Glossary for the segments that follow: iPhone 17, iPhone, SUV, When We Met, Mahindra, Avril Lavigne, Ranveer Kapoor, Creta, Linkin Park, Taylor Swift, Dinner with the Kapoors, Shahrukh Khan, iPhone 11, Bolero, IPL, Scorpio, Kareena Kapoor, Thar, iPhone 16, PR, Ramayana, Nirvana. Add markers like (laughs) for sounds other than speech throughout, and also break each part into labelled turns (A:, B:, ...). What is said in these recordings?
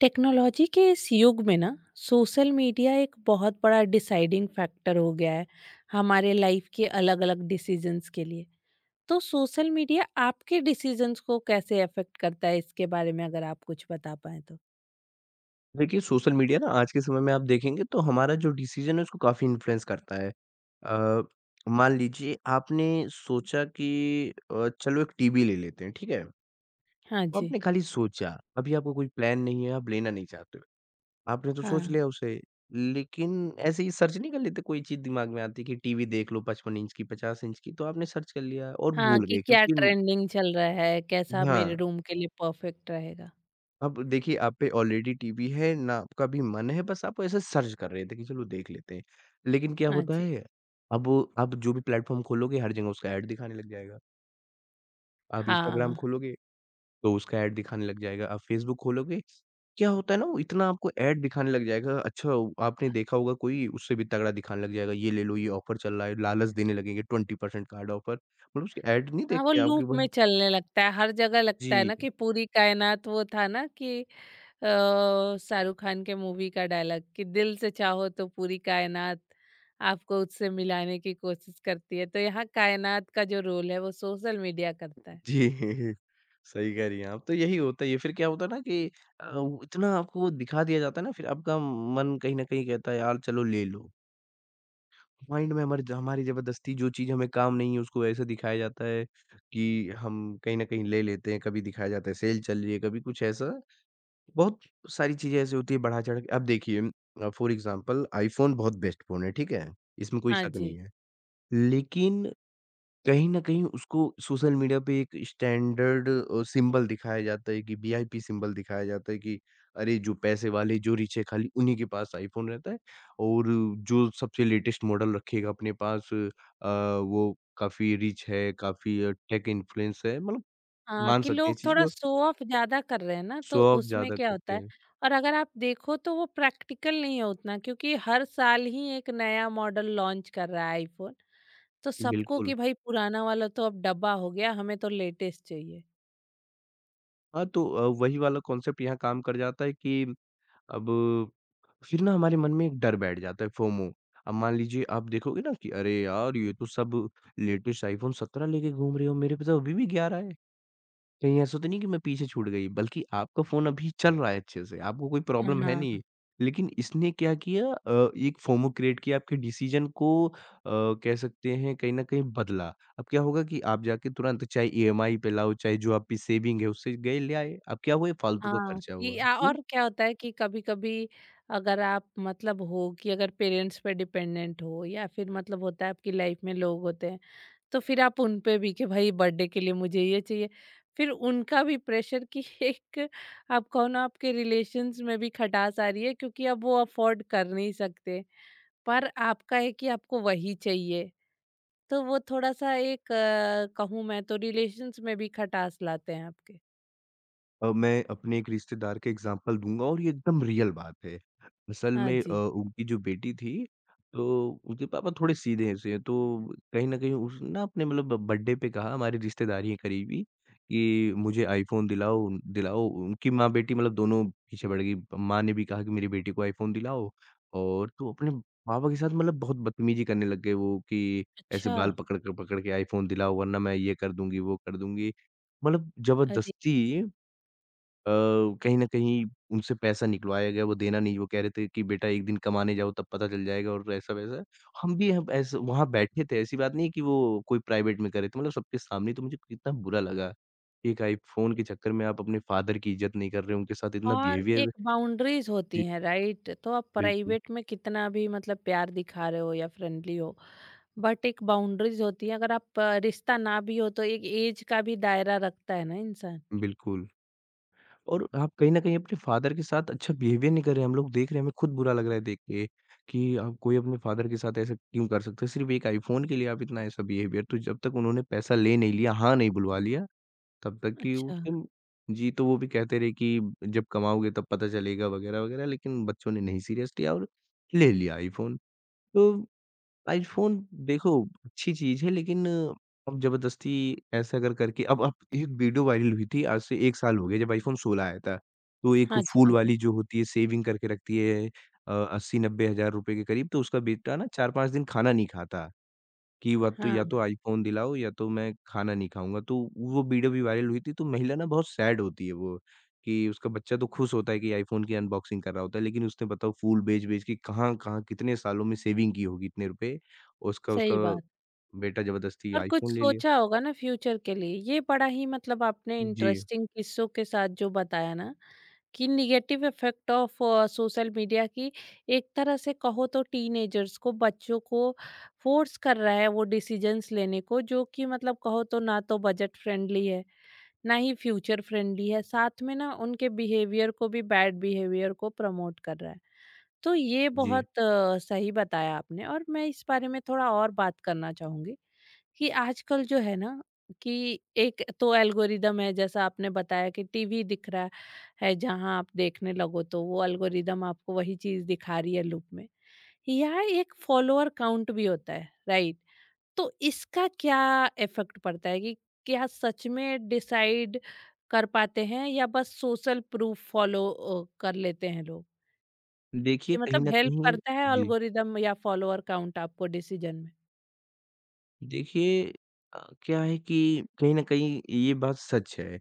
A: Technology के इस युग में ना सोशल मीडिया एक बहुत बड़ा डिसाइडिंग फैक्टर हो गया है हमारे लाइफ के अलग अलग डिसीजंस के लिए। तो सोशल मीडिया आपके डिसीजंस को कैसे अफेक्ट करता है इसके बारे में अगर आप कुछ बता पाए तो।
B: देखिए, सोशल मीडिया ना आज के समय में आप देखेंगे तो हमारा जो डिसीज़न है उसको काफ़ी इन्फ्लुएंस करता है। अ, मान लीजिए आपने सोचा कि चलो एक टीवी ले लेते हैं, ठीक है?
A: हाँ
B: तो
A: जी।
B: आपने खाली सोचा, अभी आपको कोई प्लान नहीं है, आप लेना नहीं चाहते हो। आपने तो सोच
A: हाँ।
B: लिया उसे, लेकिन ऐसे ही सर्च नहीं कर लेते कोई चीज़ दिमाग में आती है कि टीवी देख लो 55 इंच की, 50 इंच की, तो आपने सर्च कर लिया और
A: हाँ
B: भूल
A: कि
B: गए
A: क्या
B: क्योंकि
A: ट्रेंडिंग चल रहा है कैसा मेरे
B: हाँ।
A: रूम के लिए परफेक्ट रहेगा।
B: अब देखिए, आप पे ऑलरेडी टीवी है, ना आपका भी मन है, बस आप ऐसे सर्च कर रहे थे कि चलो देख लेते हैं। लेकिन क्या
A: हाँ
B: होता
A: जी।
B: है, अब आप जो भी प्लेटफ़ॉर्म खोलोगे, हर जगह उसका ऐड दिखाने लग जाएगा। आप इंस्टाग्राम
A: हाँ।
B: खोलोगे, तो उसका ऐड दिखाने लग जाएगा। आप फेसबुक खोलोगे, क्या होता है ना, वो इतना आपको ऐड दिखाने लग जाएगा। अच्छा, वो आपने देखा होगा कोई, उससे भी तगड़ा दिखाने लग जाएगा, "ये ले लो, ये ऑफ़र चल रहा है।" लालच देने लगेंगे, 20% कार्ड ऑफ़र। मतलब उसके ऐड नहीं
A: हाँ वो
B: देखते आप कि
A: लूप
B: भाई
A: में चलने लगता है हर जगह लगता है ना
B: जी।
A: कि पूरी कायनात वो था ना कि अ, शाहरुख खान के मूवी का डायलॉग कि दिल से चाहो तो पूरी कायनात आपको उससे मिलाने की कोशिश करती है तो यहाँ कायनात का जो रोल है वो सोशल मीडिया करता है।
B: जी, (laughs) सही कह रही हैं आप। तो यही होता ही है, ये फिर क्या होता है ना कि वो इतना आपको वो दिखा दिया जाता है ना, फिर आपका मन कहीं न कहीं कहता है, "यार चलो ले लो।" माइंड में हमारी हमारी ज़बरदस्ती जो चीज़ हमें काम नहीं है, उसको ऐसे दिखाया जाता है कि हम कहीं न कहीं ले लेते हैं। कभी दिखाया जाता है सेल चल रही है, कभी कुछ ऐसा। बहुत सारी चीज़ें ऐसी होती हैं बढ़ा-चढ़ा के। अब देखिए फॉर एग्ज़ाम्पल आईफ़ोन बहुत बेस्ट फ़ोन है, ठीक है? इसमें कोई
A: हाँ
B: शक
A: जी।
B: नहीं है। लेकिन कहीं न कहीं उसको सोशल मीडिया पे एक स्टैंडर्ड सिंबल दिखाया जाता है कि वीआईपी सिंबल दिखाया जाता है कि अरे! जो पैसे वाले, जो रिच है खाली उन्हीं के पास आईफ़ोन रहता है और जो सबसे लेटेस्ट मॉडल रखेगा अपने पास वो काफ़ी रिच है, काफ़ी टेक इन्फ्लुएंस है मतलब
A: हाँ
B: मान
A: कि
B: सकते हैं
A: लोग
B: इस चीज़
A: थोड़ा
B: को,
A: शो ऑफ ज्यादा कर रहे हैं ना तो
B: शो ऑफ
A: उसमें
B: ज़्यादा
A: क्या होता
B: करते
A: है।
B: हैं।
A: और अगर आप देखो तो वो प्रैक्टिकल नहीं है उतना क्योंकि हर साल ही एक नया मॉडल लॉन्च कर रहा है आईफोन। तो सबको
B: बिल्कुल।
A: कि भाई पुराना वाला तो अब डब्बा हो गया हमें तो लेटेस्ट चाहिए।
B: हाँ, तो वही वाला कॉन्सेप्ट यहाँ काम कर जाता है कि अब फिर ना हमारे मन में एक डर बैठ जाता है फोमो। अब मान लीजिए आप देखोगे ना कि अरे यार! ये तो सब लेटेस्ट आईफोन 17 लेके घूम रहे हो, मेरे पे तो अभी भी 11 है। कहीं ऐसा तो नहीं कि मैं पीछे छूट गई? बल्कि आपका फ़ोन अभी चल रहा है अच्छे से, आपको कोई प्रॉब्लम है
A: हाँ।
B: नहीं। लेकिन इसने क्या किया एक फोमो क्रिएट किया, आपके डिसीज़न को कह सकते हैं कहीं न कहीं बदला। अब क्या होगा कि आप जाके तुरंत चाहे ईएमआई पे लाओ, चाहे जो आपकी सेविंग है उससे गए ले आए। अब क्या हुआ? ये फालतू का
A: हाँ,
B: खर्चा
A: कि
B: हुआ।
A: आ और क्या होता है कि कभी-कभी अगर आप मतलब हो कि अगर पेरेंट्स पे डिपेंडेंट हो या फिर मतलब होता है आपकी लाइफ में लोग होते हैं, तो फिर आप उन पे भी कि भाई बर्थडे के लिए मुझे ये चाहिए। फिर उनका भी प्रेशर कि (laughs) एक आप कहो ना आपके रिलेशंस में भी खटास आ रही है क्योंकि अब वो अफोर्ड कर नहीं सकते, पर आपका है कि आपको वही चाहिए। तो वो थोड़ा-सा एक कहूँ मैं तो रिलेशंस में भी खटास लाते हैं आपके।
B: मैं अपने एक रिश्तेदार का एग्ज़ाम्पल दूँगा और ये एकदम रियल बात है। असल
A: हाँ
B: में
A: जी।
B: उनकी जो बेटी थी, तो उनके पापा थोड़े सीधे-से हैं, तो कहीं न कहीं उसने ना अपने मतलब ब बर्थडे पे कहा हमारी रिश्तेदारी है करीबी कि मुझे आईफ़ोन दिलाओ दिलाओ। उनकी माँ-बेटी मतलब दोनों पीछे पड़ गई। माँ ने भी कहा कि मेरी बेटी को आईफ़ोन दिलाओ और तो अपने पापा के साथ मतलब बहुत बदतमीज़ी करने लग गए वो कि ऐसे
A: अच्छा।
B: बाल पकड़ के आईफ़ोन दिलाओ वरना मैं ये कर दूँगी, वो कर दूँगी। मतलब ज़बरदस्ती अ, कहीं न कहीं उनसे पैसा निकलवाया गया, वो देना नहीं, वो कह रहे थे कि बेटा एक दिन कमाने जाओ तब पता चल जाएगा और ऐसा-वैसा। हम ऐसे वहाँ बैठे थे, ऐसी बात नहीं है कि वो कोई प्राइवेट में कर रहे थे, मतलब सबके सामने तो मुझे कितना बुरा लगा। कि एक आईफ़ोन के चक्कर में आप अपने फ़ादर की इज़्ज़त नहीं कर रहे हो, उनके साथ इतना
A: और
B: बिहेवियर
A: एक बाउंड्रीज
B: जी,
A: होती हैं राइट तो आप
B: बिल्कुल,
A: प्राइवेट में कितना भी मतलब प्यार दिखा रहे हो या फ्रेंडली हो बट एक बाउंड्रीज होती है अगर आप रिश्ता ना भी हो तो एक एज का भी दायरा रखता है ना इंसान।
B: बिल्कुल। और आप कहीं न कहीं अपने फादर के साथ अच्छा बिहेवियर नहीं कर रहे हैं। हम लोग देख रहे हैं, हमें खुद बुरा लग रहा है देख के कि आप कोई अपने फादर के साथ ऐसा क्यों कर सकता है? सिर्फ़ एक आईफ़ोन के लिए आप इतना ऐसा बिहेवियर तो जब तक उन्होंने पैसा ले नहीं लिया, हाँ नहीं बुलवा लिया, तब तक कि
A: अच्छा।
B: उसके जी, तो वो भी कहते रहे कि जब कमाओगे तब पता चलेगा वग़ैरह-वग़ैरह लेकिन बच्चों ने नहीं सीरियस लिया और ले लिया आईफ़ोन। तो आईफ़ोन देखो अच्छी चीज़ है लेकिन अब ज़बरदस्ती ऐसा अगर करके अब एक वीडियो वायरल हुई थी आज से 1 साल हो गया जब आईफ़ोन 16 आया था। तो एक
A: हाँ जी।
B: फूल
A: हाँ जी।
B: वाली जो होती है सेविंग करके रखती है अ, 80-90 हज़ार रुपए के करीब तो उसका बेटा ना 4-5 दिन खाना नहीं खाता। कि व तो या
A: हाँ
B: तो आईफ़ोन दिलाओ या तो मैं खाना नहीं खाऊँगा। तो वो वीडियो भी वायरल हुई थी, तो महिला ना बहुत सैड होती है वो, कि उसका बच्चा तो खुश होता है कि आईफ़ोन की अनबॉक्सिंग कर रहा होता है, लेकिन उसने बताओ फूल बेच-बेच के कहाँ-कहाँ कितने सालों में सेविंग की होगी इतने रुपए, और उसका उसका
A: सही बात।
B: बेटा ज़बरदस्ती
A: और कुछ
B: आईफ़ोन ले लिया।
A: सोचा होगा ना फ्यूचर के लिए ये बड़ा ही मतलब आपने
B: जी,
A: इंटरेस्टिंग किस्सों के साथ जो बताया ना कि negative effect of social media की एक तरह से कहो तो टीनेजर्स को बच्चों को फोर्स कर रहा है वो डिसीजंस लेने को जो कि मतलब कहो तो ना तो बजट फ्रेंडली है ना ही फ्यूचर फ्रेंडली है साथ में ना उनके बिहेवियर को भी बैड बिहेवियर को प्रमोट कर रहा है। तो ये
B: जी।
A: बहुत सही बताया आपने और मैं इस बारे में थोड़ा और बात करना चाहूंगी कि आजकल जो है ना कि एक तो एल्गोरिदम है जैसा आपने बताया कि टीवी दिख रहा है जहां आप देखने लगो तो वो एल्गोरिदम आपको वही चीज दिखा रही है लूप में या एक फॉलोअर काउंट भी होता है राइट तो इसका क्या इफेक्ट पड़ता है कि क्या सच में डिसाइड कर पाते हैं या बस सोशल प्रूफ फॉलो कर लेते हैं लोग
B: देखिए
A: कि
B: कहीं
A: मतलब
B: न
A: हेल्प
B: कहीं
A: करता है
B: जी,
A: एल्गोरिदम या फॉलोअर काउंट आपको डिसीजन में।
B: देखिए क्या है कि कहीं न कहीं ये बात सच है।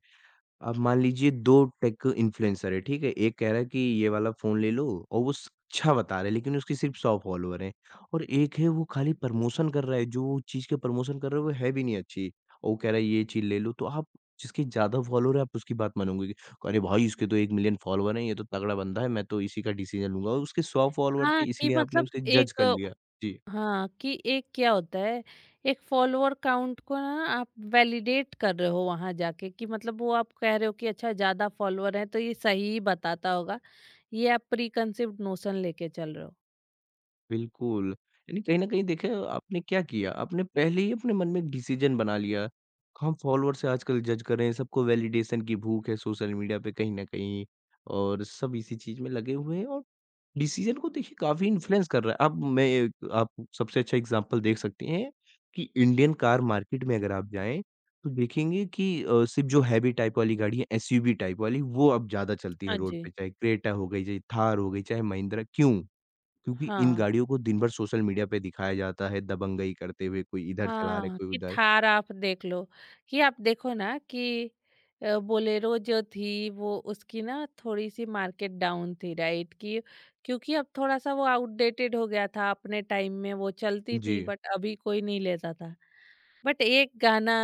B: अब मान लीजिए 2 टेक इन्फ्लुएंसर है, ठीक है? एक कह रहा है कि ये वाला फ़ोन ले लो और वो स अच्छा बता रहा है लेकिन उसकी सिर्फ़ 100 फॉलोवर हैं और एक है वो खाली प्रमोशन कर रहा है, जो चीज़ का प्रमोशन कर रहा है वो है भी नहीं अच्छी और वो कह रहा है ये चीज़ ले लो, तो आप जिसके ज़्यादा फॉलोवर है आप उसकी बात मानोगे कि अरे भाई! इसके तो 1 मिलियन फॉलोवर हैं, ये तो तगड़ा बंदा है, मैं तो इसी का डिसीज़न लूँगा और उसके 100 फॉलोवर
A: हाँ
B: थे
A: कि
B: इसलिए आपने
A: मतलब
B: उसे जज
A: एक।
B: कर लिया। जी।
A: हाँ, कि एक क्या होता है एक फॉलोअर काउंट को ना आप वैलिडेट कर रहे हो वहां जाके कि मतलब वो आप कह रहे हो कि अच्छा ज्यादा फॉलोअर है तो ये सही ही बताता होगा ये आप प्री कंसेप्ट नोशन लेके चल रहे हो।
B: बिल्कुल। यानी कहीं न कहीं देखिए आपने क्या किया, आपने पहले ही अपने मन में एक डिसीज़न बना लिया। हम फॉलोअर से आजकल जज कर रहे हैं, सबको वैलिडेशन की भूख है सोशल मीडिया पे कहीं न कहीं और सब इसी चीज़ में लगे हुए हैं और डिसीज़न को देखिए काफ़ी इन्फ्लुएंस कर रहा है। अब मैं एक आप सबसे अच्छा एग्ज़ाम्पल देख सकती हैं कि इंडियन कार मार्केट में अगर आप जाएँ, तो देखेंगे कि सिर्फ़ जो हैवी टाइप वाली गाड़ी है एसयूवी टाइप वाली, वो अब ज़्यादा चलती है
A: हाँ
B: रोड
A: जी।
B: पे, चाहे क्रेटा हो गई, चाहे थार हो गई, चाहे महिंद्रा, क्यों? क्योंकि इन
A: हाँ।
B: गाड़ियों को दिन भर सोशल मीडिया पे दिखाया जाता है, दबंगई करते हुए कोई इधर चला रहा है,
A: हाँ
B: कोई
A: कि
B: उधर।
A: थार आप देख लो कि आप देखो ना कि बोलेरो जो थी वो उसकी ना थोड़ी सी मार्केट डाउन थी राइट कि क्योंकि अब थोड़ा सा वो आउटडेटेड हो गया था अपने टाइम में वो चलती थी
B: जी,
A: बट अभी कोई नहीं लेता था। बट एक गाना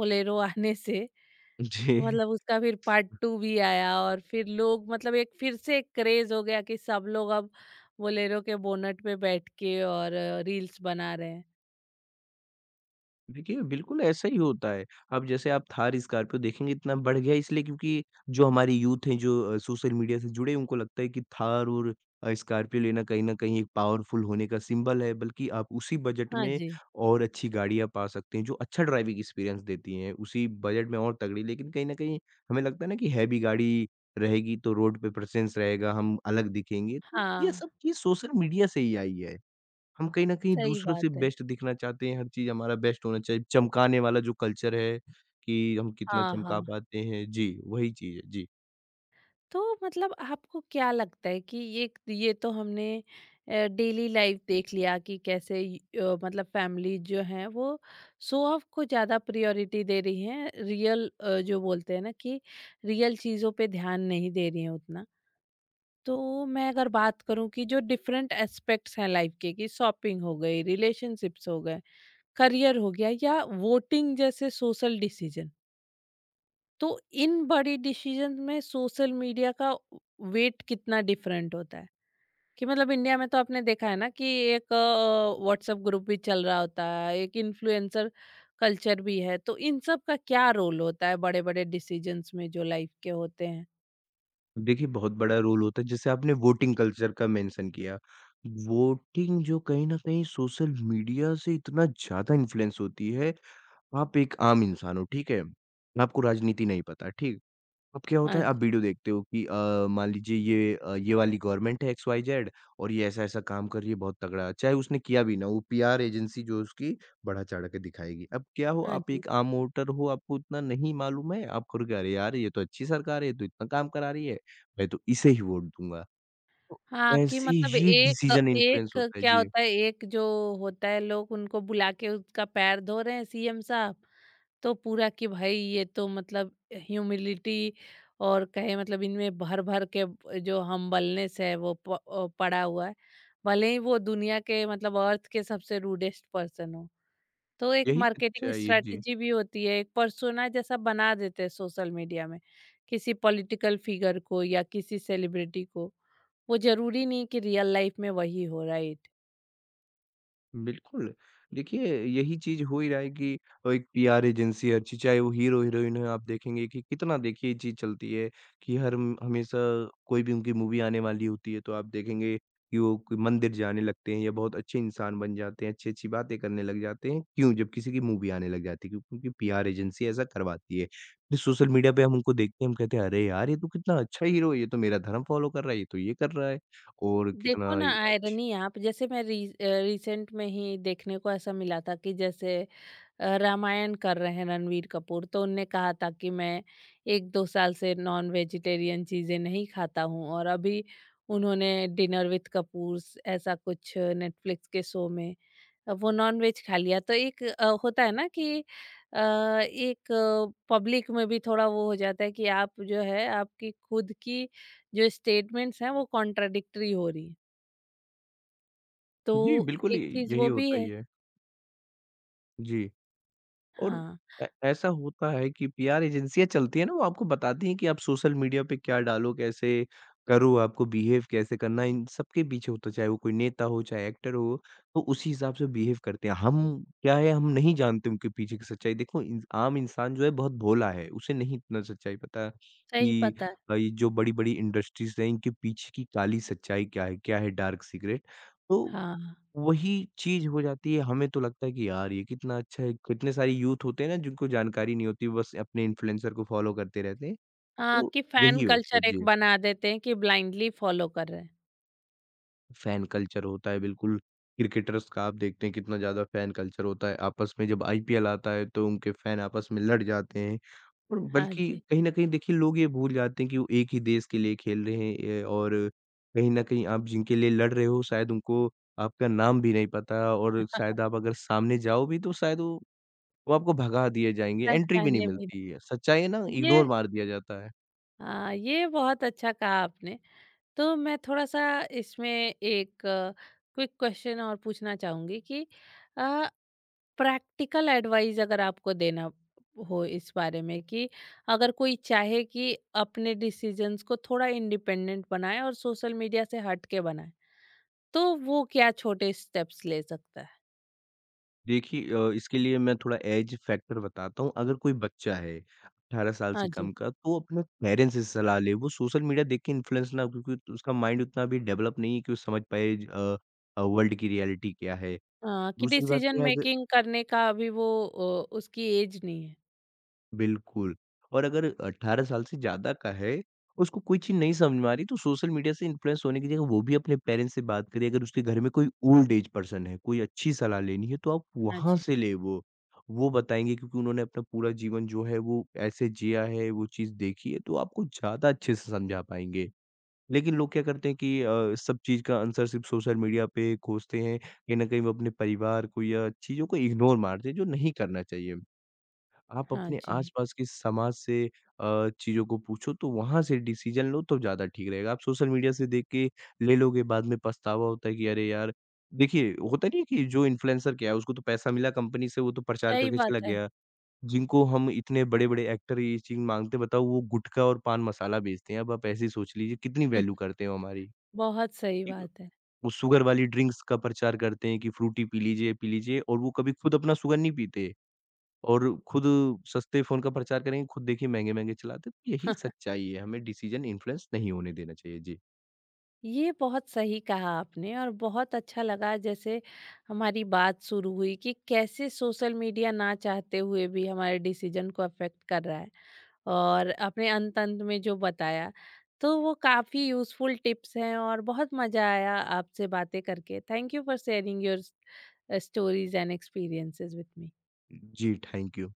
A: बोलेरो आने से
B: (laughs) जी।
A: मतलब उसका फिर पार्ट टू भी आया और फिर लोग मतलब एक फिर से क्रेज हो गया कि सब लोग अब बोलेरो के बोनट पे बैठ के और रील्स बना रहे हैं।
B: देखिए, बिल्कुल ऐसा ही होता है। अब जैसे आप थार, स्कॉर्पियो देखेंगे इतना बढ़ गया है इसलिए क्योंकि जो हमारी यूथ है जो सोशल मीडिया से जुड़े उनको लगता है कि थार और स्कॉर्पियो लेना कहीं न कहीं एक पावरफुल होने का सिंबल है। बल्कि आप उसी बजट
A: हाँ
B: में
A: जी।
B: और अच्छी गाड़ियाँ पा सकते हैं जो अच्छा ड्राइविंग एक्सपीरियंस देती हैं, उसी बजट में और तगड़ी लेकिन कहीं न कहीं हमें लगता है ना कि हैवी गाड़ी रहेगी तो रोड पे प्रेज़ेंस रहेगा, हम अलग दिखेंगे। तो ये
A: हाँ,
B: सब चीज़ सोशल मीडिया से ही आई है। हम कहीं न कहीं
A: सही
B: दूसरों से
A: बात है।
B: बेस्ट दिखना चाहते हैं, हर चीज़ हमारा बेस्ट होना चाहिए, चमकाने वाला जो कल्चर है कि हम कितना
A: हाँ,
B: चमका
A: हाँ।
B: पाते हैं। जी, वही चीज़ है। जी,
A: तो मतलब आपको क्या लगता है कि ये तो हमने डेली लाइफ देख लिया कि कैसे मतलब फैमिली जो है वो शो ऑफ को ज़्यादा प्रायोरिटी दे रही है रियल जो बोलते हैं ना कि रियल चीज़ों पे ध्यान नहीं दे रही है उतना। तो मैं अगर बात करूं कि जो डिफरेंट एस्पेक्ट्स हैं लाइफ के कि शॉपिंग हो गई रिलेशनशिप्स हो गए करियर हो गया या वोटिंग जैसे सोशल डिसीजन तो इन बड़ी डिसीजन में सोशल मीडिया का वेट कितना डिफरेंट होता है कि मतलब इंडिया में तो आपने देखा है ना कि एक व्हाट्सएप ग्रुप भी चल रहा होता है एक इन्फ्लुएंसर कल्चर भी है तो इन सब का क्या रोल होता है बड़े बड़े डिसीजंस में जो लाइफ के होते हैं।
B: देखिए बहुत बड़ा रोल होता है, जैसे आपने वोटिंग कल्चर का मेंशन किया। वोटिंग जो कहीं न कहीं सोशल मीडिया से इतना ज़्यादा इन्फ्लुएंस होती है, आप एक आम इंसान हो, ठीक है? आपको राजनीति नहीं पता, ठीक? है, अब क्या होता
A: हाँ
B: है आप
A: जी।
B: वीडियो देखते हो कि मान लीजिए ये ये वाली गवर्नमेंट है XYZ और ये ऐसा-ऐसा काम कर रही है बहुत तगड़ा। चाहे उसने किया भी ना हो, वो पीआर एजेंसी जो है उसकी बढ़ा-चढ़ा के दिखाएगी। अब क्या हो
A: हाँ
B: आप
A: जी।
B: एक आम वोटर हो, आपको इतना नहीं मालूम है, आप कहोगे अरे यार ये तो अच्छी सरकार है, ये तो इतना काम करा रही है, मैं तो इसे ही वोट दूँगा। तो
A: हाँ कि
B: ऐसे
A: मतलब
B: ही
A: एक
B: डिसीजन इन्फ्लुएंस
A: एक
B: होता है।
A: क्या
B: जी,
A: होता है एक जो होता है लोग उनका बुला के उसका पैर धो रहे हैं सीएम साहब तो पूरा कि भाई ये तो मतलब ह्यूमिलिटी और कहे मतलब इनमें भर भर के जो हम्बलनेस है वो पड़ा हुआ है भले ही वो दुनिया के मतलब अर्थ के सबसे रूडेस्ट पर्सन हो। तो एक
B: यही
A: मार्केटिंग
B: सच्चाई है। जी।
A: स्ट्रेटजी भी होती है एक पर्सोना जैसा बना देते हैं सोशल मीडिया में किसी पॉलिटिकल फिगर को या किसी सेलिब्रिटी को वो जरूरी नहीं कि रियल लाइफ में वही हो राइट।
B: बिल्कुल। देखिए, यही चीज़ हो ही रहा है कि एक पीआर एजेंसी हर चीज़ चाहे वो हीरो-हीरोइन हो आप देखेंगे कि कितना देखिए ये चीज़ चलती है कि हर म हमेशा कोई भी उनकी मूवी आने वाली होती है तो आप देखेंगे कि वो कोई मंदिर जाने लगते हैं या बहुत अच्छे इंसान बन जाते हैं, अच्छी-अच्छी बातें करने लग जाते हैं। क्यों? जब किसी की मूवी आने लग जाती है क्योंकि उनकी पीआर एजेंसी ऐसा करवाती है। फिर सोशल मीडिया पे हम उनको देखते हैं, हम कहते हैं अरे यार! ये तो कितना अच्छा हीरो है, ये तो मेरा धर्म फ़ॉलो कर रहा है, ये तो ये कर रहा है और
A: देखो
B: कितना
A: ना
B: अच्छी
A: आयरनी आप जैसे मैं रिसेंट में ही देखने को ऐसा मिला था कि जैसे रामायण कर रहे हैं रणवीर कपूर तो उनने कहा था कि मैं 1-2 साल से नॉन वेजिटेरियन चीज़ें नहीं खाता हूँ और अभी उन्होंने डिनर विद कपूर्स ऐसा कुछ नेटफ्लिक्स के शो में वो नॉन वेज खा लिया। तो एक होता है ना कि एक पब्लिक में भी थोड़ा वो हो जाता है कि आप जो है आपकी खुद की जो स्टेटमेंट्स हैं वो कॉन्ट्राडिक्टरी हो रही है। तो
B: जी, बिल्कुल। य
A: एक चीज़
B: यही
A: वो भी
B: होता ही
A: है।
B: है। जी। और
A: हाँ,
B: ऐ ऐसा होता है कि पीआर एजेंसियाँ चलती हैं ना, वो आपको बताती हैं कि आप सोशल मीडिया पे क्या डालो, कैसे करो, आपको बिहेव कैसे करना है। इन सबके पीछे होता है, चाहे वो कोई नेता हो, चाहे एक्टर हो, तो उसी हिसाब से बिहेव करते हैं। हम क्या है, हम नहीं जानते उनके पीछे की सच्चाई। देखो, इन आम इंसान जो है बहुत भोला है, उसे नहीं इतना सच्चाई पता
A: सही
B: कि
A: पता है।
B: ये जो बड़ी-बड़ी इंडस्ट्रीज़ हैं, इनके पीछे की काली सच्चाई क्या है डार्क सीक्रेट। तो
A: हाँ।
B: वही चीज़ हो जाती है। हमें तो लगता है कि यार ये कितना अच्छा है। कितने सारे यूथ होते हैं ना जिनको जानकारी नहीं होती, बस अपने इन्फ्लुएंसर को फॉलो करते रहते हैं,
A: हाँ,
B: तो
A: कि फैन
B: यही होता है
A: कल्चर एक
B: जी।
A: बना देते हैं कि ब्लाइंडली फॉलो कर रहे हैं।
B: फैन कल्चर होता है बिल्कुल। क्रिकेटर्स का आप देखते हैं कितना ज़्यादा फैन कल्चर होता है, आपस में जब आईपीएल आता है तो उनके फैन आपस में लड़ जाते हैं। और
A: हाँ
B: बल्कि
A: जी।
B: कहीं न कहीं देखिए, लोग ये भूल जाते हैं कि वो एक ही देश के लिए खेल रहे हैं। ए और कहीं न कहीं आप जिनके लिए लड़ रहे हो, शायद उनको आपका नाम भी नहीं पता, और शायद
A: (laughs)
B: आप अगर सामने जाओ भी तो शायद वो आपको भगा दिए जाएँगे, एंट्री भी नहीं
A: पहचाने भी
B: मिलती है। सच्चाई है ना,
A: नहीं। ये
B: इग्नोर मार दिया जाता है।
A: हाँ, ये बहुत अच्छा कहा आपने। तो मैं थोड़ा-सा इसमें एक क्विक क्वेश्चन और पूछना चाहूँगी कि अ, प्रैक्टिकल एडवाइस अगर आपको देना हो इस बारे में कि अगर कोई चाहे कि अपने डिसीजंस को थोड़ा इंडिपेंडेंट बनाए और सोशल मीडिया से हट के बनाए, तो वो क्या छोटे स्टेप्स ले सकता है?
B: देखिए, इसके लिए मैं थोड़ा एज फैक्टर बताता हूँ। अगर कोई बच्चा है 18 साल से
A: हाँ जी।
B: कम का, तो अपने पेरेंट्स से सलाह ले। वो सोशल मीडिया देख के इन्फ्लुएंस ना हो, क्योंकि उसका माइंड उतना अभी डेवलप नहीं है कि वो समझ पाए वर्ल्ड की रियलिटी क्या है।
A: हाँ, कि
B: दूसरी बात
A: डिसीजन
B: क्या है,
A: मेकिंग करने का अभी वो उसकी एज नहीं है।
B: बिल्कुल। और अगर 18 साल से ज़्यादा का है, उसको कोई चीज़ नहीं समझ में आ रही, तो सोशल मीडिया से इन्फ्लुएंस होने की जगह वो भी अपने पेरेंट्स से बात करे। अगर उसके घर में कोई ओल्ड एज पर्सन है, कोई अच्छी सलाह लेनी है तो आप
A: हाँ
B: वहाँ
A: जी,
B: से ले वो। वो बताएँगे, क्योंकि उन्होंने अपना पूरा जीवन जो है वो ऐसे जिया है, वो चीज़ देखी है, तो आपको ज़्यादा अच्छे से समझा पाएँगे। लेकिन लोग क्या करते हैं कि सब चीज़ का आंसर सिर्फ़ सोशल मीडिया पे खोजते हैं, कहीं न कहीं वो अपने परिवार को या चीज़ों को इग्नोर मारते हैं, जो नहीं करना चाहिए। आप
A: हाँ
B: अपने
A: जी,
B: आस-पास के समाज से चीज़ों को पूछो, तो वहाँ से डिसीज़न लो तो ज़्यादा ठीक रहेगा। आप सोशल मीडिया से देख के ले लोगे, बाद में पछतावा होता है कि अरे यार। देखिए, होता नहीं है कि जो इन्फ्लुएंसर क्या है, उसको तो पैसा मिला कंपनी से, वो तो प्रचार
A: सही
B: करके
A: बात
B: चला
A: है।
B: गया। जिनको हम इतने बड़े-बड़े एक्टर ये चीज़ माँगते हैं, बताओ, वो गुटखा और पान मसाला बेचते हैं। अब आप ऐसे ही सोच लीजिए कितनी
A: हम्म,
B: वैल्यू करते हैं वो हमारी।
A: बहुत सही
B: कि-
A: बात है।
B: वो शुगर वाली ड्रिंक्स का प्रचार करते हैं कि फ्रूटी पी लीजिए, पी लीजिए, और वो कभी खुद अपना शुगर नहीं पीते। और खुद सस्ते फ़ोन का प्रचार करेंगे, खुद देखिए महँगे-महँगे चलाते हैं। तो यही
A: (laughs)
B: सच्चाई है, हमें डिसीज़न इन्फ्लुएंस नहीं होने देना चाहिए। जी।
A: ये बहुत सही कहा आपने और बहुत अच्छा लगा जैसे हमारी बात शुरू हुई कि कैसे सोशल मीडिया ना चाहते हुए भी हमारे डिसीजन को अफेक्ट कर रहा है। और अपने अंत अंत में जो बताया तो वो काफ़ी यूज़फुल टिप्स हैं और बहुत मज़ा आया आपसे बातें करके thank you for sharing your stories and experiences with me.
B: जी, थैंक यू।